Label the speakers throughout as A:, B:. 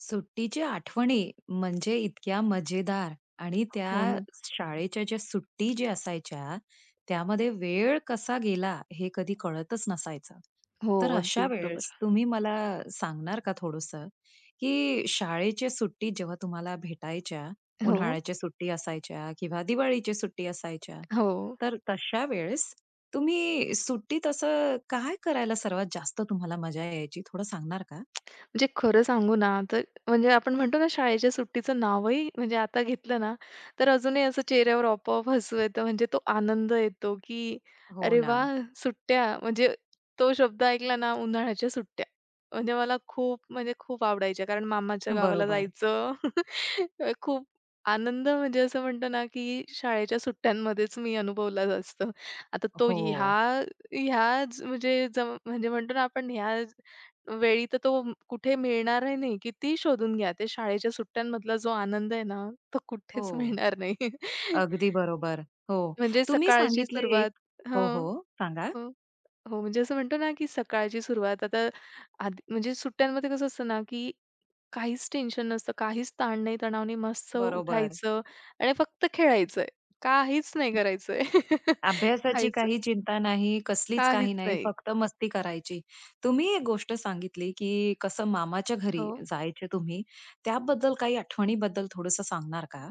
A: सुट्टीची आठवणी म्हणजे इतक्या मजेदार आणि
B: हो
A: त्या
B: ना.
A: शाळेच्या ज्या सुट्टी असायच्या, त्यामध्ये वेळ कसा गेला हे कधी कळतच नसायचं.
B: हो,
A: तर
B: अगदी
A: अशा
B: बरोबर.
A: वेळेस तुम्ही मला सांगणार का थोडंसं, की शाळेच्या सुट्टी जेव्हा तुम्हाला भेटायच्या,
B: हो,
A: उन्हाळ्याच्या सुट्टी असायच्या किंवा दिवाळीच्या सुट्टी असायच्या,
B: हो.
A: तर तशा वेळेस तुम्ही सुट्टीत असं काय करायला सर्वात जास्त तुम्हाला मजा यायची? थोडं सांगणार का?
B: म्हणजे खरं सांगू ना, तर म्हणजे आपण म्हणतो ना शाळेच्या सुट्टीचं नावही म्हणजे आता घेतलं ना, तर अजूनही असं चेहऱ्यावर आपोआप हसू येतं. म्हणजे तो आनंद येतो, की
A: हो
B: "अरे
A: ना.
B: वाह! सुट्ट्या!" म्हणजे तो शब्द ऐकला ना, उन्हाळ्याच्या सुट्ट्या. म्हणजे मला खूप खूप आवडायच्या. कारण मामाच्या गावाला
A: बरोबर.
B: जायचं. खूप आनंद म्हणजे असं म्हणतो ना, की शाळेच्या सुट्ट्यांमध्येच मी अनुभवला जास्त. आता तो
A: हो,
B: ह्या ह्या ज- म्हणजे जम म्हणजे म्हणतो ना आपण ह्या वेळी तर तो कुठे मिळणारही नाही. किती शोधून घ्या. ते शाळेच्या सुट्ट्यांमधला जो आनंद आहे ना, तो
A: हो.
B: कुठेच मिळणार नाही.
A: अगदी बरोबर. हो,
B: म्हणजे
A: तुम्ही
B: सकाळची
A: सांगितलं
B: सुरुवात
A: एक. हो, हो.
B: हं,
A: सांगा.
B: हो. हो, म्हणजे असं म्हणतो ना, की सकाळची सुरुवात आता आधी म्हणजे सुट्ट्यांमध्ये कसं असतं ना, की काहीच टेन्शन नसतं, काहीच ताण नाही, तणाव नाही. मस्त
A: बरोबर.
B: उठायचं आणि फक्त खेळायचंय. काहीच नाही करायचंय.
A: अभ्यासाची
B: खायचं,
A: काही चिंता नाही, कसलीच
B: काहीच
A: काही नाही,
B: नाही.
A: फक्त मस्ती करायची. तुम्ही एक गोष्ट सांगितली, की कसं मामाच्या घरी
B: हो.
A: जायचे तुम्ही. त्याबद्दल काही आठवणीबद्दल थोडंसं सांगणार का?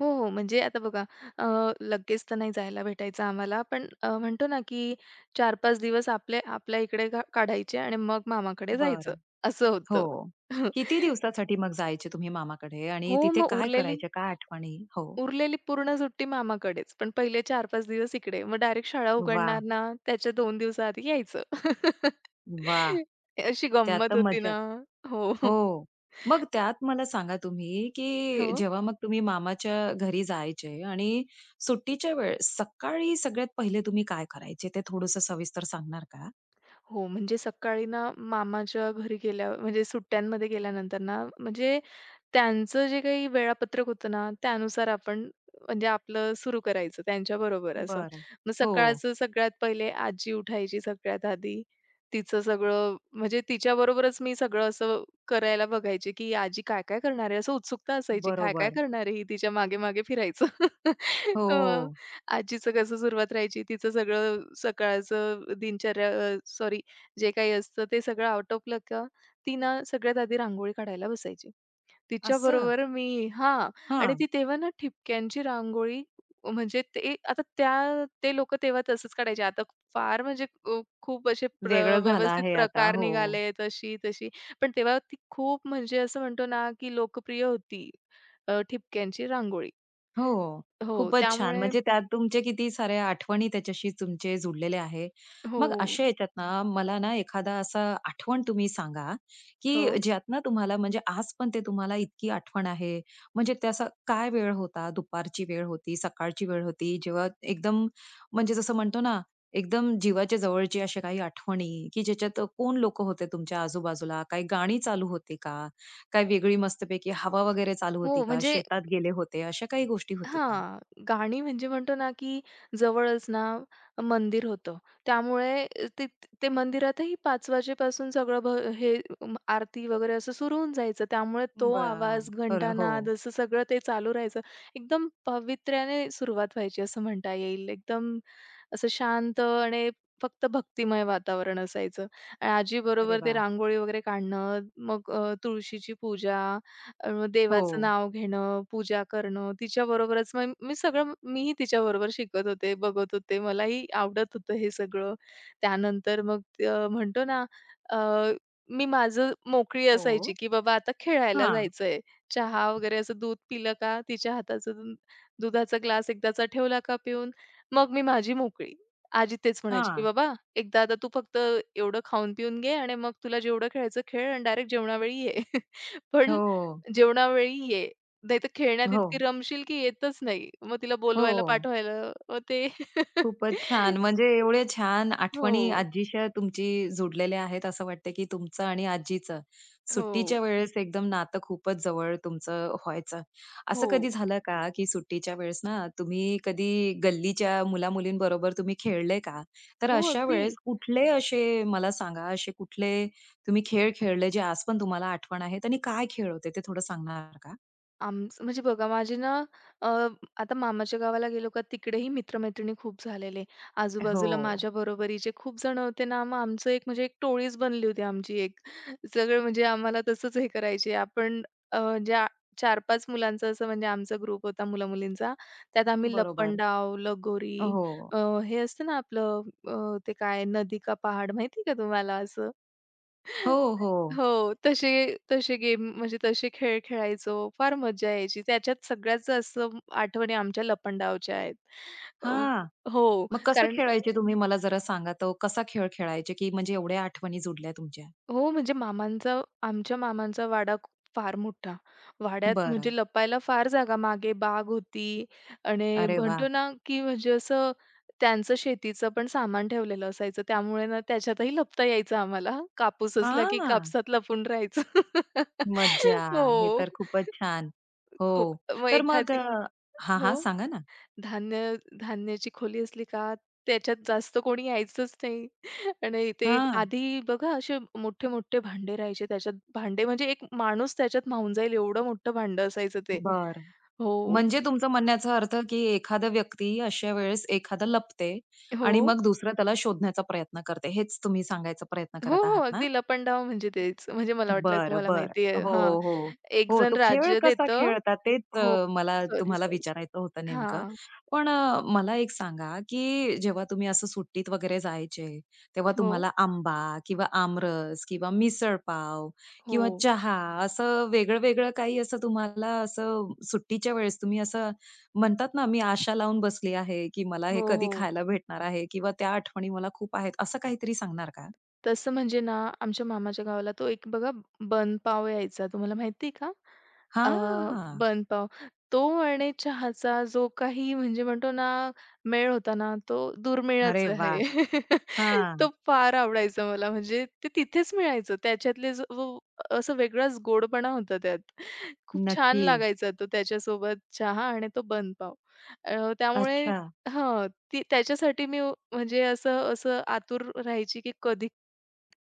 B: हो, हो. म्हणजे आता बघा, अ, लगेच तर नाही जायला भेटायचं आम्हाला. पण म्हणतो ना, की चार 5 दिवस आपले आपल्या इकडे का काढायचे आणि मग मामाकडे जायचं,
A: बरं.
B: असं
A: हो.
B: होतं.
A: किती दिवसासाठी मग जायचे तुम्ही मामाकडे आणि
B: हो,
A: तिथे
B: मग
A: काय
B: उरलेली
A: करायचे? काय आठवणी? हो.
B: उरलेली पूर्ण सुट्टी मामाकडेच. पण पहिले 4-5 दिवस इकडे. मग डायरेक्ट शाळा
A: वाह!
B: उघडणार ना, त्याच्या 2 दिवसाआधी यायचं.
A: वाह!
B: अशी
A: त्यात
B: गंमत
A: तर
B: होती ना.
A: मजाच.
B: हो.
A: हो. मग त्यात मला सांगा तुम्ही, की
B: हो.
A: जेव्हा मग तुम्ही मामाच्या घरी जायचे आणि सुट्टीच्या वेळेस सकाळी सगळ्यात पहिले तुम्ही काय करायचे ते थोडंसं सविस्तर सांगणार का?
B: हो, म्हणजे सकाळी ना मामाच्या घरी गेल्या म्हणजे सुट्ट्यांमध्ये गेल्यानंतर ना, म्हणजे त्यांचं जे काही वेळापत्रक होतं ना, त्यानुसार आपण म्हणजे आपलं सुरू करायचं त्यांच्याबरोबर असं.
A: बरं.
B: मग
A: हो,
B: सकाळचं सगळ्यात पहिले आजी उठायची सगळ्यात आधी. तिचं सगळं म्हणजे तिच्याबरोबरच मी सगळं असं करायला बघायचे, की आजी काय-काय करणार आहे? असं उत्सुकता असायची. काय-काय
A: बरोबर.
B: करणार आहे ही? तिच्या मागे-मागे फिरायचं. अ,
A: हो.
B: आजीचं कसं सुरुवात राहायची, तिचं सगळं सकाळचं दिनचर्या सॉरी जे काही असतं ते सगळं आटोपलं का, ती ना सगळ्यात आधी रांगोळी काढायला बसायची.
A: असं?
B: तिच्याबरोबर मी हां. आणि
A: हां.
B: ती तेव्हा ना ठिपक्यांची रांगोळी म्हणजे ते आता त्या ते लोकं तेव्हा तसंच काढायचे. आता फार म्हणजे अ, खूप असे प्र
A: वेगळं झालं
B: व्यवस्थित
A: आहे आता.
B: प्रकार
A: हो.
B: निघालेत अशी तशी. पण तेव्हा ती खूप म्हणजे असं म्हणतो ना, की लोकप्रिय होती ठिपक्यांची रांगोळी.
A: हो.
B: हो,
A: खूपच छान.
B: त्यामुळे
A: म्हणजे त्यात तुमचे किती साऱ्या आठवणी त्याच्याशी तुमचे जुडलेले आहे.
B: हो,
A: मग अशा ह्याच्यात ना मला ना एखादा असा आठवण तुम्ही सांगा,
B: हो.
A: की ज्यात ना तुम्हाला म्हणजे आज पण ते तुम्हाला इतकी आठवण आहे. म्हणजे ते असा काय वेळ होता? दुपारची वेळ होती, सकाळची वेळ होती, जेव्हा एकदम म्हणजे जसं म्हणतो ना, एकदम जीवाच्या जवळची अशा काही आठवणी, की ज्याच्यात कोण लोकं होते तुमच्या आजूबाजूला? काही गाणी चालू होती का? काय वेगळी मस्तपैकी हवा वगैरे चालू होती
B: हो,
A: का?
B: म्हणजे
A: शेतात गेले होते, अशा काही गोष्टी होती का?
B: हां, गाणी म्हणजे म्हणतो ना, की जवळच ना मंदिर होतं. त्यामुळे ते ते मंदिरातही 5 वाजेपासून सगळं आरती वगैरे असं सुरू होऊन जायचं. त्यामुळे तो
A: बरं.
B: आवाज,
A: बरं. हो.
B: घंटानाद असं सगळं ते चालू राहायचं. एकदम पावित्र्याने सुरुवात व्हायची असं म्हणता येईल. एकदम असं शांत आणि फक्त भक्तिमय वातावरण असायचं.
A: अरे
B: आजीबरोबर ते
A: वाह!
B: रांगोळी वगैरे काढणं, मग तुळशीची पूजा,
A: हो.
B: देवाचं नाव घेणं, पूजा करणं. तिच्याबरोबरच मग मी सगळं मीही तिच्या बरोबर शिकत होते, बघत होते. मलाही आवडत होतं हे सगळं. त्यानंतर मग अ, म्हणतो ना, अ, मी माझं मोकळी असायची,
A: हो.
B: की बाबा आता खेळायला
A: हा,
B: जायचंय. चहा वगैरे असं दूध पिलं का तिच्या हाताचं दुधाचा ग्लास एकदाचा ठेवला का पिऊन मग मी माझी मोकळी. आजी तेच म्हणायची, की
A: हां.
B: "बाबा एकदा आता तू फक्त एवढं खाऊन पिऊन घे आणि मग तुला जेवढं खेळायचं खेळ आणि डायरेक्ट जेवणावेळी ये." पण
A: हो.
B: जेवणावेळी ये. नाहीतर खेळण्यात
A: हो.
B: इतकी रमशील की येतच नाही. मग तिला
A: हो.
B: बोलवायला पाठवायला मग ते
A: खूपच छान. म्हणजे एवढे छान आठवणी
B: हो.
A: आजीशी तुमची जुडलेल्या आहेत. असं वाटतं की तुमचं आणि आजीचं
B: हो.
A: सुट्टीच्या वेळेस एकदम नातं खूपच जवळ तुमचं व्हायचं.
B: हो.
A: असं कधी झालं का की सुट्टीच्या वेळेस ना तुम्ही कधी गल्लीच्या मुला-मुलींबरोबर तुम्ही खेळले का? तर
B: हो,
A: अशा
B: अगदी.
A: वेळेस कुठले असे मला सांगा, असे कुठले तुम्ही खेळ खेळले जे आज पण तुम्हाला आठवण आहेत आणि काय खेळ होते ते थोडं सांगणार का?
B: आमचं म्हणजे बघा माझे ना अ, आता मामाच्या गावाला गेलो का तिकडेही मित्रमैत्रिणी खूप झालेले.
A: हो.
B: आजूबाजूला माझ्या बरोबरीचे खूप जण होते ना, मग आमचं एक म्हणजे एक टोळीच बनली होती आमची एक. सगळं म्हणजे आम्हाला तसंच हे करायचे. आपण अ, ज्या 4-5 मुलांचं असं म्हणजे आमचा ग्रुप होता मुला-मुलींचा. त्यात आम्ही
A: बरोबर.
B: लपंडाव, लगोरी,
A: हो.
B: अ, हे असतं ना आपलं, ते काय नदी का पहाड माहिती का तुम्हाला असं?
A: हो, हो.
B: हो, तसे तसे गेम म्हणजे तसे खेळ खेळायचो. फार मज्जा यायची. त्याच्यात सगळ्याच असं आठवणी आमच्या लपंडावच्या आहेत. अ,
A: हां.
B: हो,
A: मग कसं
B: कारण
A: खेळायचे तुम्ही मला जरा सांगा तो कसा खेळ खेळायचे, की म्हणजे एवढ्या आठवणी जुडल्या तुमच्या?
B: हो, म्हणजे आमच्या मामांचा वाडा फार मोठा. वाड्यात
A: बरं.
B: म्हणजे लपायला फार जागा. मागे बाग होती आणि
A: अरे वा,
B: म्हणतो ना, की म्हणजे असं त्यांचं शेतीचं पण सामान ठेवलेलं असायचं. त्यामुळे ना त्याच्यातही लपता यायचं आम्हाला. कापूस असला की
A: हां,
B: कापसात लपून राहायचं.
A: मज्जा. हे
B: हो.
A: तर खूपच छान. हो.
B: खूप. मग
A: तर मग
B: एखादी
A: अ हां,
B: हो.
A: हां. सांगा ना.
B: धान्य धान्याची खोली असली का त्याच्यात जास्त कोणी यायचंच नाही. आणि ते
A: हां.
B: आधी बघा असे मोठे-मोठे भांडे राहायचे. त्याच्यात भांडे म्हणजे एक माणूस त्याच्यात मावून जाईल एवढं मोठं भांडं असायचं ते.
A: बर,
B: हो,
A: म्हणजे तुमचं म्हणण्याचा अर्थ, की एखादा व्यक्ती अशा वेळेस एखादा लपते
B: हो.
A: आणि मग दुसरं त्याला शोधण्याचा प्रयत्न करते. हेच तुम्ही सांगायचा प्रयत्न
B: हो,
A: करत
B: हो.
A: आहात ना?
B: अगदी लपंडाव म्हणजे तेच. म्हणजे मला वाटलं
A: बरं,
B: तुम्हाला
A: बरं.
B: माहिती आहे.
A: हो,
B: हां.
A: हो.
B: एक
A: हो,
B: जण
A: तो खेळ
B: राज्य
A: कसा
B: देतं.
A: खेळतात तेच
B: हो.
A: मला
B: सॉरी,
A: तुम्हाला
B: सॉरी.
A: विचारायचं होतं नेमकं.
B: हां.
A: पण मला एक सांगा, की जेव्हा तुम्ही असं सुट्टीत वगैरे जायचे, तेव्हा
B: हो,
A: तुम्हाला आंबा किंवा आमरस किंवा मिसळपाव
B: हो.
A: किंवा चहा असं वेगळं-वेगळं काही असं तुम्हाला असं सुट्टीच्या वेळेस तुम्ही असं म्हणतात ना, मी आशा लावून बसली आहे, की मला हे
B: हो,
A: कधी
B: हो.
A: खायला भेटणार आहे किंवा त्या आठवणी मला खूप आहेत, असं काहीतरी सांगणार का?
B: तसं म्हणजे ना, आमच्या मामाच्या गावाला तो एक बघा बनपाव यायचा. तुम्हाला माहिती आहे का? अ,
A: हां.
B: बनपाव. तो आणि चहाचा जो काही म्हणजे म्हणतो ना, मेळ होता ना, तो दुर्मिळच
A: अरे
B: आहे.
A: वाह! हां.
B: तो फार आवडायचा मला. म्हणजे ते तिथेच मिळायचं. त्याच्यातले जो वो असा वेगळाच गोडपणा होता त्यात. खूप छान
A: नक्की.
B: लागायचा तो त्याच्यासोबत चहा आणि तो बनपाव. त्यामुळे
A: अच्छा.
B: हां, ती त्याच्यासाठी मी म्हणजे असं असं आतुर राहायची, की कधी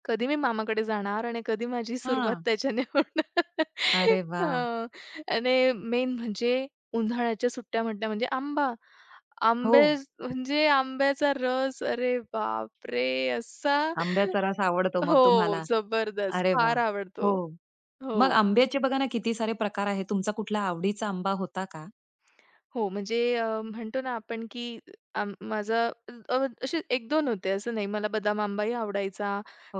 B: कधी मी मामाकडे जाणार आणि कधी माझी सुरुवात
A: हां.
B: त्याच्याने होणार.
A: अरे वाह!
B: हां. आणि मेन म्हणजे उन्हाळ्याच्या सुट्ट्या म्हटल्या म्हणजे आंबा.
A: हो.
B: आंबे म्हणजे आंब्याचा रस अरे बापरे! असा
A: आंब्याचा रस आवडतो
B: हो,
A: मग तुम्हाला.
B: जबरदस्त.
A: अरे वाह!
B: फार आवडतो.
A: हो.
B: हो.
A: मग आंब्याचे बघा ना किती सारे प्रकार आहेत. तुमचा कुठला आवडीचा आंबा होता का?
B: हो, म्हणजे म्हणतो ना आपण की माझं अ, असे 1-2 होते, असं नाही. मला बदाम आंबाही आवडायचा.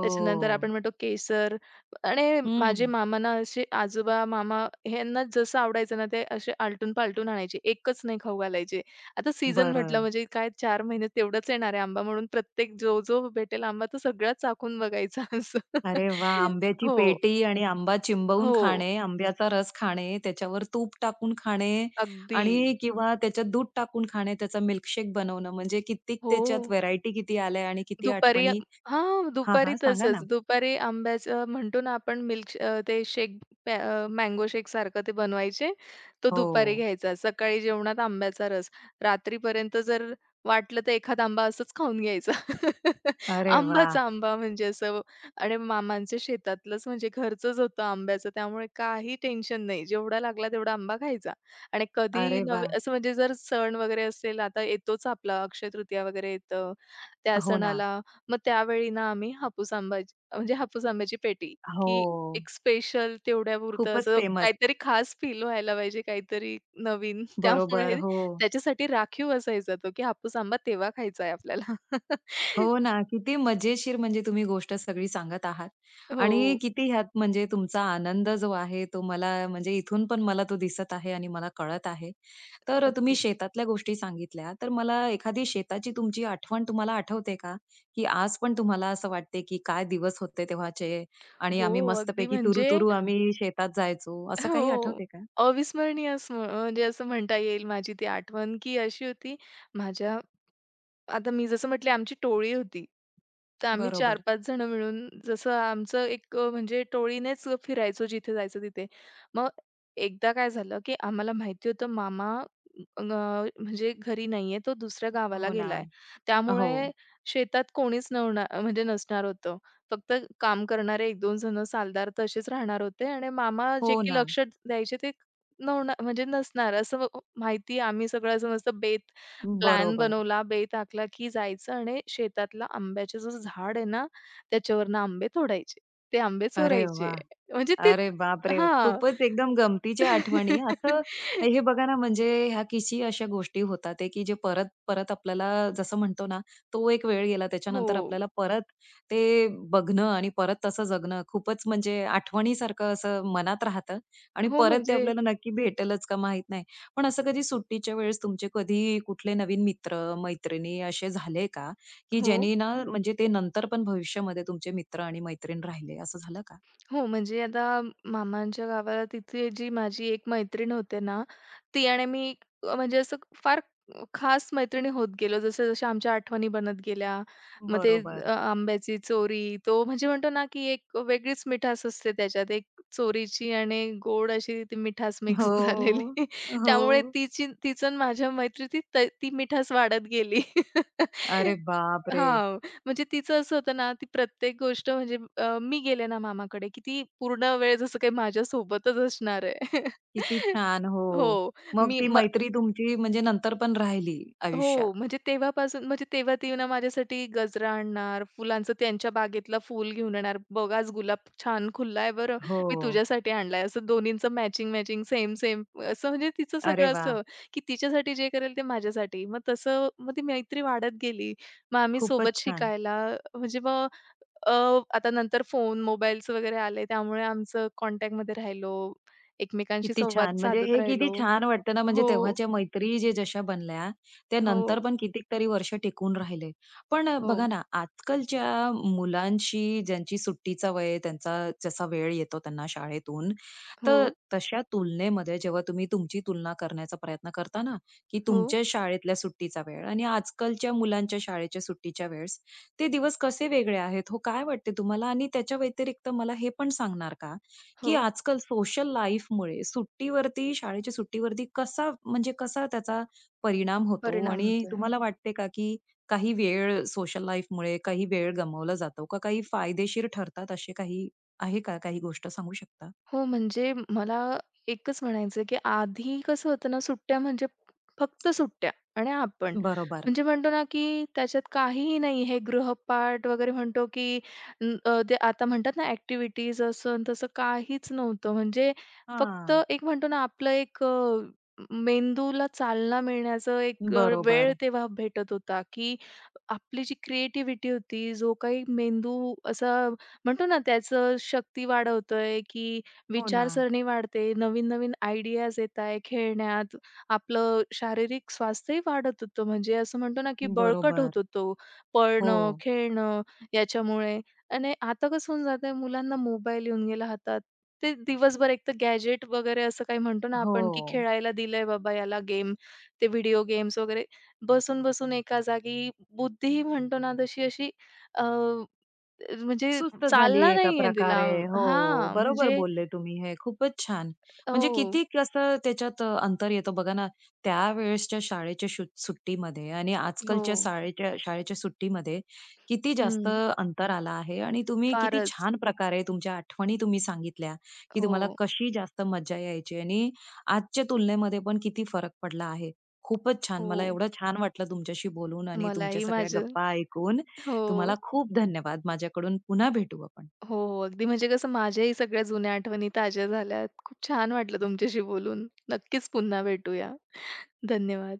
B: त्याच्यानंतर आपण म्हणतो केसर. आणि माझे
A: हं.
B: मामा ना असे आजोबा, मामा ह्यांना जसं आवडायचं ना, ते असे आलटून-पालटून आणायचे. एकच नाही खाऊ घालायचे. आता सीझन म्हटलं
A: बरं.
B: म्हणजे काय 4 महिने तेवढाच येणार आहे आंबा, म्हणून प्रत्येक जो भेटेल आंबा तो सगळाच चाखून बघायचा असं.
A: अरे वाह! आंब्याची
B: हो,
A: पेटी आणि आंबा चिंबवून
B: हो.
A: खाणे, आंब्याचा रस खाणे, त्याच्यावर तूप टाकून खाणे
B: अगदी.
A: आणि किंवा त्याच्यात दूध टाकून खाणे, त्याचा मिल्कशेक बनवणं म्हणजे कित्येक
B: हो.
A: त्याच्यात व्हरायटी किती आल्या आणि किती
B: दुपारी
A: आठवणी.
B: हां,
A: हां,
B: दुपारी
A: हां. सांगा ना?
B: तसंच. दुपारी आंब्याचं म्हणतो ना आपण मिल्क अ, ते शेक प्या अ, मँगो शेक सारखं ते बनवायचे. तो
A: हो.
B: दुपारी घ्यायचा. सकाळी जेवणात आंब्याचा रस. रात्रीपर्यंत जर वाटलं तर एखादा आंबा असंच खाऊन घ्यायचा.
A: अरे वाह!
B: आंबाचा आंबा म्हणजे असं. आणि मामांच्या शेतातलंच म्हणजे घरचंच होतं आंब्याचं त्यामुळे काही टेन्शन नाही. जेवढा लागला तेवढा आंबा खायचा. आणि कधीही
A: अरे
B: नवे
A: वाह!
B: असं म्हणजे जर सण वगैरे असेल, आता येतोच आपला अक्षय तृतीया वगैरे येतं. त्या
A: हो ना.
B: सणाला. मग त्यावेळी ना आम्ही हापूस आंब्याची पेटी,
A: हो.
B: की एक स्पेशल तेवढ्यापुरतं
A: खूपच
B: असं
A: फेमस.
B: काहीतरी खास फील व्हायला पाहिजे, काहीतरी नवीन.
A: बरोबर.
B: त्यामुळे
A: हो.
B: त्याच्यासाठी राखीव असायचा तो, की हापूस आंबा तेव्हा खायचा आहे आपल्याला.
A: हो ना. किती मजेशीर म्हणजे तुम्ही गोष्ट सगळी सांगत आहात आणि
B: हो,
A: किती ह्यात म्हणजे तुमचा आनंद जो आहे तो मला म्हणजे इथून पण मला तो दिसत आहे आणि मला कळत आहे. तर तुम्ही
B: अगदी.
A: शेतातल्या गोष्टी सांगितल्या. तर मला एखादी शेताची तुमची आठवण तुम्हाला आठवते का? की आज पण तुम्हाला असं वाटते की काय दिवस होते तेव्हाचे आणि
B: हो,
A: आम्ही
B: अगदी
A: मस्तपैकी
B: म्हणजे
A: तुरू-तुरू आम्ही शेतात जायचो, असं काही
B: हो.
A: आठवते का?
B: अविस्मरणीय असं म्हणजे असं म्हणता येईल माझी ती आठवण, की अशी होती माझ्या. आता मी जसं म्हटले आमची टोळी होती. तर आम्ही
A: बरोबर.
B: 4-5 जण मिळून जसं आमचं एक म्हणजे टोळीनेच फिरायचो जिथे जायचं तिथे. मग एकदा काय झालं, की आम्हाला माहिती होतं मामा म्हणजे घरी नाहीये. तो दुसऱ्या गावाला
A: हो ना.
B: गेलाय.
A: हो.
B: त्यामुळे शेतात कोणीच नवणार म्हणजे नसणार होतं. फक्त काम करणारे एक 2 जण सालदार तसेच राहणार होते आणि मामा
A: हो
B: जे की
A: ना.
B: लक्ष द्यायचे ते नवना म्हणजे नसणार असं, माहिती आम्ही सगळं असं मस्त प्लॅन
A: बरोबर.
B: बनवला, बेत आखला की जायचं आणि शेतातला आंब्याचं जो झाड आहे ना, त्याच्यावरनं आंबे तोडायचे. ते आंबे
A: अरे
B: चोरायचे.
A: वा.
B: म्हणजे ते
A: अरे बापरे!
B: हां.
A: खूपच एकदम गमतीच्या आठवणी. असं हे बघा ना, म्हणजे ह्या किती अशा गोष्टी होतात आहे, की जे परत-परत आपल्याला जसं म्हणतो ना, तो एक वेळ गेला
B: हो.
A: त्याच्यानंतर आपल्याला परत ते बघणं आणि परत तसं जगणं खूपच म्हणजे आठवणीसारखं असं मनात राहतं आणि
B: हो
A: परत ते
B: म्हणजे
A: आपल्याला नक्की भेटेलच का माहीत नाही. पण असं कधी सुट्टीच्या वेळेस तुमचे कधी कुठले नवीन मित्र, मैत्रिणी असे झाले का, की
B: हो.
A: ज्यांनी ना म्हणजे ते नंतर पण भविष्यामध्ये तुमचे मित्र आणि मैत्रीण राहिले, असं झालं का?
B: हो, म्हणजे आता मामांच्या गावाला तिथे जी माझी एक मैत्रीण होते ना, ती आणि मी म्हणजे असं फार खास मैत्रिणी होत गेलो. जसं-जशा आमच्या आठवणी बनत गेल्या, मग ते
A: बरोबर.
B: आंब्याची चोरी, तो म्हणजे म्हणतो ना, की एक वेगळीच मिठास असते त्याच्यात. एक चोरीची आणि गोड अशी ती मिठास मिक्स
A: हो,
B: झालेली.
A: हो.
B: त्यामुळे तिचं आणि माझ्या मैत्रीतीत ती मिठास वाढत गेली.
A: अरे बापरे!
B: हां. म्हणजे तिचं असं होतं ना, ती प्रत्येक गोष्ट म्हणजे मी गेले ना मामाकडे, की ती पूर्ण वेळ जसं काही माझ्यासोबतच असणार आहे.
A: किती छान. हो.
B: हो,
A: मग
B: मी
A: ती
B: म
A: मैत्री तुमची म्हणजे नंतर पण राहिली आयुष्यात.
B: हो, म्हणजे तेव्हापासून म्हणजे तेव्हा ती ना माझ्यासाठी गजरा आणणार, फुलांचं त्यांच्या बागेतला फूल घेऊन येणार. "बघ आज गुलाब छान खुलला आहे बरं, मी
A: हो.
B: तुझ्यासाठी आणलाय." असं दोन्हींचं मॅचिंग-मॅचिंग, सेम-सेम असं म्हणजे तिचं
A: अरे
B: सगळं
A: वाह!
B: असं, की तिच्यासाठी जे करेल ते माझ्यासाठी. मग तसं मग ती मैत्री वाढत गेली. मग आम्ही
A: खूपच
B: सोबत
A: छान.
B: शिकायला म्हणजे मग अ, आता नंतर फोन, मोबाईल्स वगैरे आले त्यामुळे आमचं कॉन्टॅक्टमध्ये राहिलो. एकमेकांशी
A: किती
B: संवाद
A: छान. म्हणजे
B: साधत
A: हे किती
B: राहिलो.
A: छान वाटतं ना, म्हणजे
B: हो,
A: तेव्हाच्या मैत्री जे जशा बनल्या, त्या नंतर
B: हो,
A: पण कितीतरी वर्ष टिकून राहिले. पण
B: हो,
A: बघा ना, आजकालच्या मुलांशी ज्यांची सुट्टीचा वय, त्यांचा जसा वेळ येतो त्यांना शाळेतून,
B: हो,
A: तर तशा तुलनेमध्ये जेव्हा तुम्ही तुमची तुलना करण्याचा प्रयत्न करता ना, की
B: हो.
A: तुमच्या शाळेतल्या सुट्टीचा वेळ आणि आजकालच्या मुलांच्या शाळेच्या सुट्टीच्या वेळेस, ते दिवस कसे वेगळे आहेत हो? काय वाटते तुम्हाला? आणि त्याच्या व्यतिरिक्त मला हे पण सांगणार का,
B: हो,
A: की आजकाल सोशल लाईफमुळे सुट्टीवरती शाळेच्या सुट्टीवरती कसा म्हणजे कसा त्याचा परिणाम होतो?
B: परिणाम
A: आणि
B: होतोय.
A: तुम्हाला वाटते का, की काही वेळ सोशल लाईफमुळे काही वेळ गमावला जातो का? काही फायदेशीर ठरतात असे काही आहे का? काही गोष्ट सांगू शकता?
B: हो, म्हणजे मला एकच म्हणायचं की आधी कसं होतं ना, सुट्ट्या म्हणजे फक्त सुट्ट्या आणि आपण.
A: बरोबर.
B: म्हणजे म्हणतो ना, की त्याच्यात काहीही नाही. हे गृहपाठ वगैरे म्हणतो, की ते आता म्हणतात ना, ॲक्टिव्हिटीज असं आणि तसं काहीच नव्हतं. म्हणजे फक्त
A: हां.
B: एक म्हणतो ना, आपलं एक मेंदूला चालना मिळण्याचं एक वेळ
A: बरोबर.
B: तेव्हा भेटत होता, की आपली जी क्रिएटिव्हिटी होती, जो काही मेंदू असा म्हणतो ना, त्याचं शक्ती वाढवतोय, की
A: हो ना.
B: विचारसरणी वाढते, नवीन-नवीन आयडियाज येताय खेळण्यात. आपलं शारीरिक स्वास्थ्यही वाढत होतं. म्हणजे असं म्हणतो ना, की बळकट होत
A: बरोबर.
B: होतो.
A: हो.
B: पळणं, खेळणं याच्यामुळे. आणि आता कसं होऊन जातंय मुलांना मोबाईल येऊन गेला हातात. ते दिवसभर एकतर गॅजेट वगैरे असं काही म्हणतो ना
A: हो.
B: आपण, की खेळायला दिलंय बाबा याला गेम. ते व्हिडिओ गेम्स वगैरे बसून-बसून एका जागी बुद्धीही म्हणतो ना तशी अशी अ, म्हणजे
A: सुस्त झाली
B: चालना
A: आहे एका
B: नाहीये तिला.
A: प्रकारे. हो,
B: हां,
A: बरोबर
B: म्हणजे
A: बोलले तुम्ही हे. खूपच छान. म्हणजे
B: हो,
A: किती कसं त्याच्यात अंतर येतं बघा ना, त्यावेळेसच्या शाळेच्या सुट्टीमध्ये आणि
B: हो.
A: आजकालच्या शाळेच्या शाळेच्या सुट्टीमध्ये किती जास्त
B: हं.
A: अंतर आला आहे आणि तुम्ही किती
B: फारच.
A: छान प्रकारे तुमच्या आठवणी तुम्ही सांगितल्या, की तुम्हाला
B: हो,
A: कशी जास्त मज्जा यायची आणि आजच्या तुलनेमध्ये पण किती फरक पडला आहे. खूपच छान.
B: हो.
A: मला एवढं छान वाटलं तुमच्याशी बोलून आणि तुमच्या
B: मलाही
A: सगळ्या
B: माझं हो,
A: गप्पा ऐकून.
B: हो.
A: तुम्हाला खूप धन्यवाद. माझ्याकडून पुन्हा भेटू आपण.
B: हो अगदी म्हणजे कसं माझ्याही सगळ्या जुन्या आठवणी ताज्या झाल्यात. खूप छान वाटलं तुमच्याशी बोलून. नक्कीच पुन्हा भेटूया. धन्यवाद.